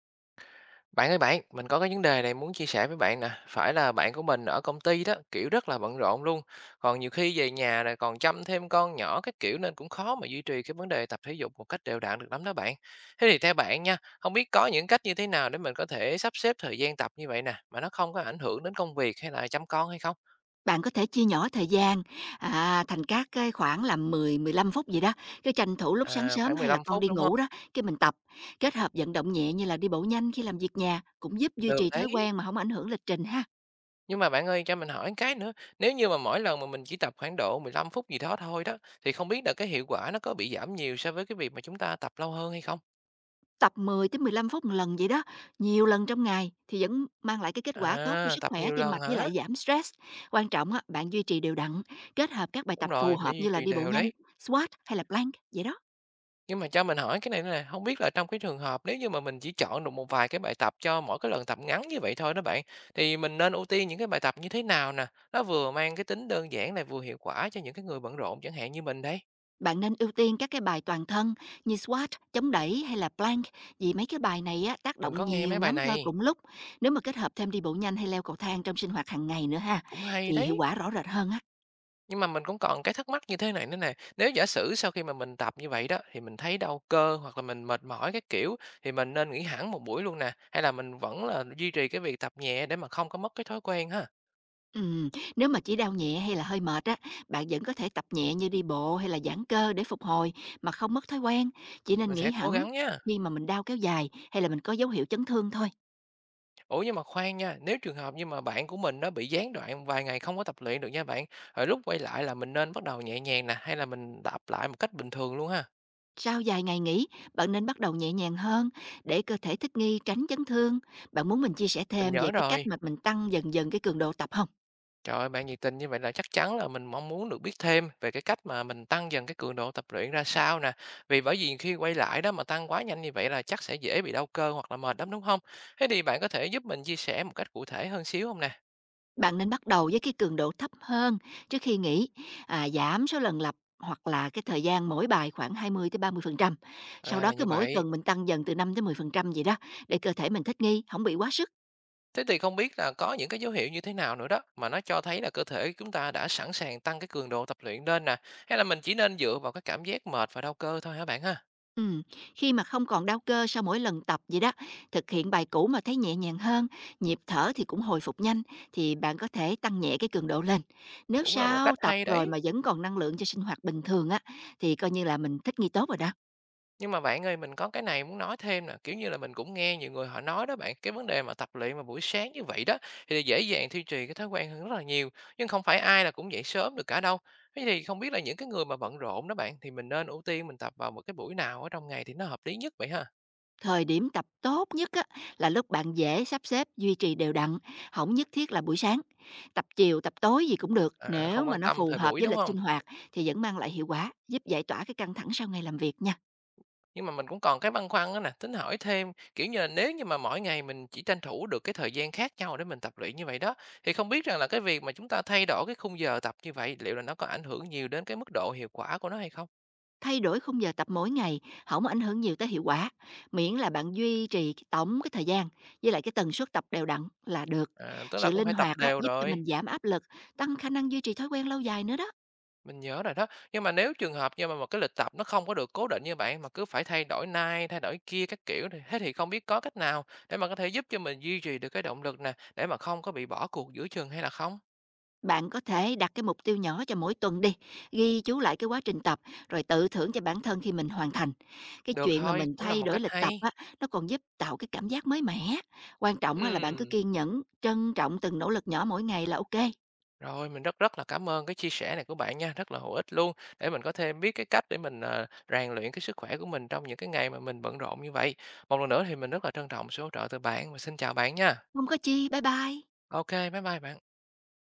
Bạn ơi bạn, mình có cái vấn đề này muốn chia sẻ với bạn nè. Phải là bạn của mình ở công ty đó, kiểu rất là bận rộn luôn. Còn nhiều khi về nhà này còn chăm thêm con nhỏ các kiểu nên cũng khó mà duy trì cái vấn đề tập thể dục một cách đều đặn được lắm đó bạn. Thế thì theo bạn nha, không biết có những cách như thế nào để mình có thể sắp xếp thời gian tập như vậy nè, mà nó không có ảnh hưởng đến công việc hay là chăm con hay không? Bạn có thể chia nhỏ thời gian, thành các cái khoảng là 10-15 phút gì đó, cái tranh thủ lúc sáng À, sớm khoảng hay là 15 con phút đi đúng không? ngủ đó, cái mình tập. Kết hợp vận động nhẹ như là đi bộ nhanh khi làm việc nhà, cũng giúp duy Được trì thói đấy. quen mà không ảnh hưởng lịch trình ha. Nhưng mà bạn ơi, cho mình hỏi cái nữa, nếu như mà mỗi lần mà mình chỉ tập khoảng độ 15 phút gì đó thôi đó, thì không biết là cái hiệu quả nó có bị giảm nhiều so với cái việc mà chúng ta tập lâu hơn hay không? Tập 10 tới 15 phút một lần vậy đó, nhiều lần trong ngày thì vẫn mang lại cái kết quả tốt cho À, sức tập khỏe, nhiều tim lần mạch với lại hả? giảm stress. Quan trọng á, bạn duy trì đều đặn, kết hợp các bài Đúng tập phù rồi, phải hợp duy như là trì đi bộ đều nhanh, đấy. squat hay là plank vậy đó. Nhưng mà cho mình hỏi cái này nữa nè, không biết là trong cái trường hợp nếu như mà mình chỉ chọn được một vài cái bài tập cho mỗi cái lần tập ngắn như vậy thôi đó bạn, thì mình nên ưu tiên những cái bài tập như thế nào nè? Nó vừa mang cái tính đơn giản này vừa hiệu quả cho những cái người bận rộn chẳng hạn như mình đấy. Bạn nên ưu tiên các cái bài toàn thân như squat, chống đẩy hay là plank vì mấy cái bài này á, tác Mình động có nghe nhiều mấy bài nhóm cơ này, cùng lúc. Nếu mà kết hợp thêm đi bộ nhanh hay leo cầu thang trong sinh hoạt hàng ngày nữa ha cũng hay thì hiệu đấy. quả rõ rệt hơn á. Nhưng mà mình cũng còn cái thắc mắc như thế này nữa nè, nếu giả sử sau khi mà mình tập như vậy đó, thì mình thấy đau cơ hoặc là mình mệt mỏi cái kiểu, thì mình nên nghỉ hẳn một buổi luôn nè, hay là mình vẫn là duy trì cái việc tập nhẹ để mà không có mất cái thói quen ha? Ừm, Nếu mà chỉ đau nhẹ hay là hơi mệt á, bạn vẫn có thể tập nhẹ như đi bộ hay là giãn cơ để phục hồi mà không mất thói quen. Chỉ nên Mình nghỉ sẽ cố hẳn gắng nha. khi mà mình đau kéo dài hay là mình có dấu hiệu chấn thương thôi. Ủa, nhưng mà khoan nha, nếu trường hợp như mà bạn của mình nó bị gián đoạn vài ngày không có tập luyện được nha bạn, rồi lúc quay lại là mình nên bắt đầu nhẹ nhàng nè, hay là mình tập lại một cách bình thường luôn ha? Sau vài ngày nghỉ, bạn nên bắt đầu nhẹ nhàng hơn để cơ thể thích nghi tránh chấn thương. Bạn muốn mình chia sẻ Mình thêm về nhớ cái cách rồi. mà mình tăng dần dần cái cường độ tập không? Trời ơi, bạn nhiệt tình như vậy là chắc chắn là mình mong muốn được biết thêm về cái cách mà mình tăng dần cái cường độ tập luyện ra sao nè. Vì bởi vì khi quay lại đó mà tăng quá nhanh như vậy là chắc sẽ dễ bị đau cơ hoặc là mệt lắm đúng không? Thế thì bạn có thể giúp mình chia sẻ một cách cụ thể hơn xíu không nè? Bạn nên bắt đầu với cái cường độ thấp hơn trước khi nghỉ, giảm số lần lặp hoặc là cái thời gian mỗi bài khoảng 20 tới 30%. Sau Ra đó là cứ như mỗi vậy. tuần mình tăng dần từ 5 tới 10% vậy đó, để cơ thể mình thích nghi, không bị quá sức. Thế thì không biết là có những cái dấu hiệu như thế nào nữa đó mà nó cho thấy là cơ thể chúng ta đã sẵn sàng tăng cái cường độ tập luyện lên nè. Hay là mình chỉ nên dựa vào cái cảm giác mệt và đau cơ thôi hả bạn ha? Ừm, khi mà không còn đau cơ sau mỗi lần tập vậy đó, thực hiện bài cũ mà thấy nhẹ nhàng hơn, nhịp thở thì cũng hồi phục nhanh, thì bạn có thể tăng nhẹ cái cường độ lên. Nếu Cũng là một sau cách tập hay rồi đấy. mà vẫn còn năng lượng cho sinh hoạt bình thường á, thì coi như là mình thích nghi tốt rồi đó. Nhưng mà bạn ơi, mình có cái này muốn nói thêm nè, kiểu như là, mình cũng nghe nhiều người họ nói đó bạn, cái vấn đề mà tập luyện mà buổi sáng như vậy đó, thì dễ dàng duy trì cái thói quen hơn rất là nhiều, nhưng không phải ai là cũng dậy sớm được cả đâu. Thế thì không biết là những cái người mà bận rộn đó bạn, thì mình nên ưu tiên mình tập vào một cái buổi nào ở trong ngày thì nó hợp lý nhất vậy ha? Thời điểm tập tốt nhất á, là lúc bạn dễ sắp xếp duy trì đều đặn, không nhất thiết là buổi sáng. Tập chiều, tập tối gì cũng được, À, nếu không mà quan nó tâm phù thời hợp buổi, với đúng lịch không? sinh hoạt thì vẫn mang lại hiệu quả, giúp giải tỏa cái căng thẳng sau ngày làm việc nha. Nhưng mà mình cũng còn cái băn khoăn đó nè, tính hỏi thêm, kiểu như là, nếu như mà mỗi ngày mình chỉ tranh thủ được cái thời gian khác nhau để mình tập luyện như vậy đó, thì không biết rằng là cái việc mà chúng ta thay đổi cái khung giờ tập như vậy, liệu là nó có ảnh hưởng nhiều đến cái mức độ hiệu quả của nó hay không? Thay đổi khung giờ tập mỗi ngày không ảnh hưởng nhiều tới hiệu quả, miễn là bạn duy trì cái tổng cái thời gian với lại cái tần suất tập đều đặn là được. À, tức Sự là cũng linh phải tập hoạt á, đều giúp cho rồi, mình giảm áp lực, tăng khả năng duy trì thói quen lâu dài nữa đó. mình nhớ rồi đó. Nhưng mà nếu trường hợp như mà một cái lịch tập nó không có được cố định như bạn, mà cứ phải thay đổi này, thay đổi kia các kiểu thì thế thì không biết có cách nào để mà có thể giúp cho mình duy trì được cái động lực nè, để mà không có bị bỏ cuộc giữa chừng hay là không? Bạn có thể đặt cái mục tiêu nhỏ cho mỗi tuần đi, ghi chú lại cái quá trình tập rồi tự thưởng cho bản thân khi mình hoàn thành. Cái Được chuyện mà thôi, mình cũng là thay một đổi cách lịch hay. tập á, nó còn giúp tạo cái cảm giác mới mẻ. Quan trọng á là bạn cứ Ừm. kiên nhẫn, trân trọng từng nỗ lực nhỏ mỗi ngày là ok không? Rồi, mình rất rất là cảm ơn cái chia sẻ này của bạn nha, rất là hữu ích luôn để mình có thêm biết cái cách để mình, à, rèn luyện cái sức khỏe của mình trong những cái ngày mà mình bận rộn như vậy. Một lần nữa thì mình rất là trân trọng sự hỗ trợ từ bạn và xin chào bạn nha. Có chi, bye bye. Ok, bye bye bạn.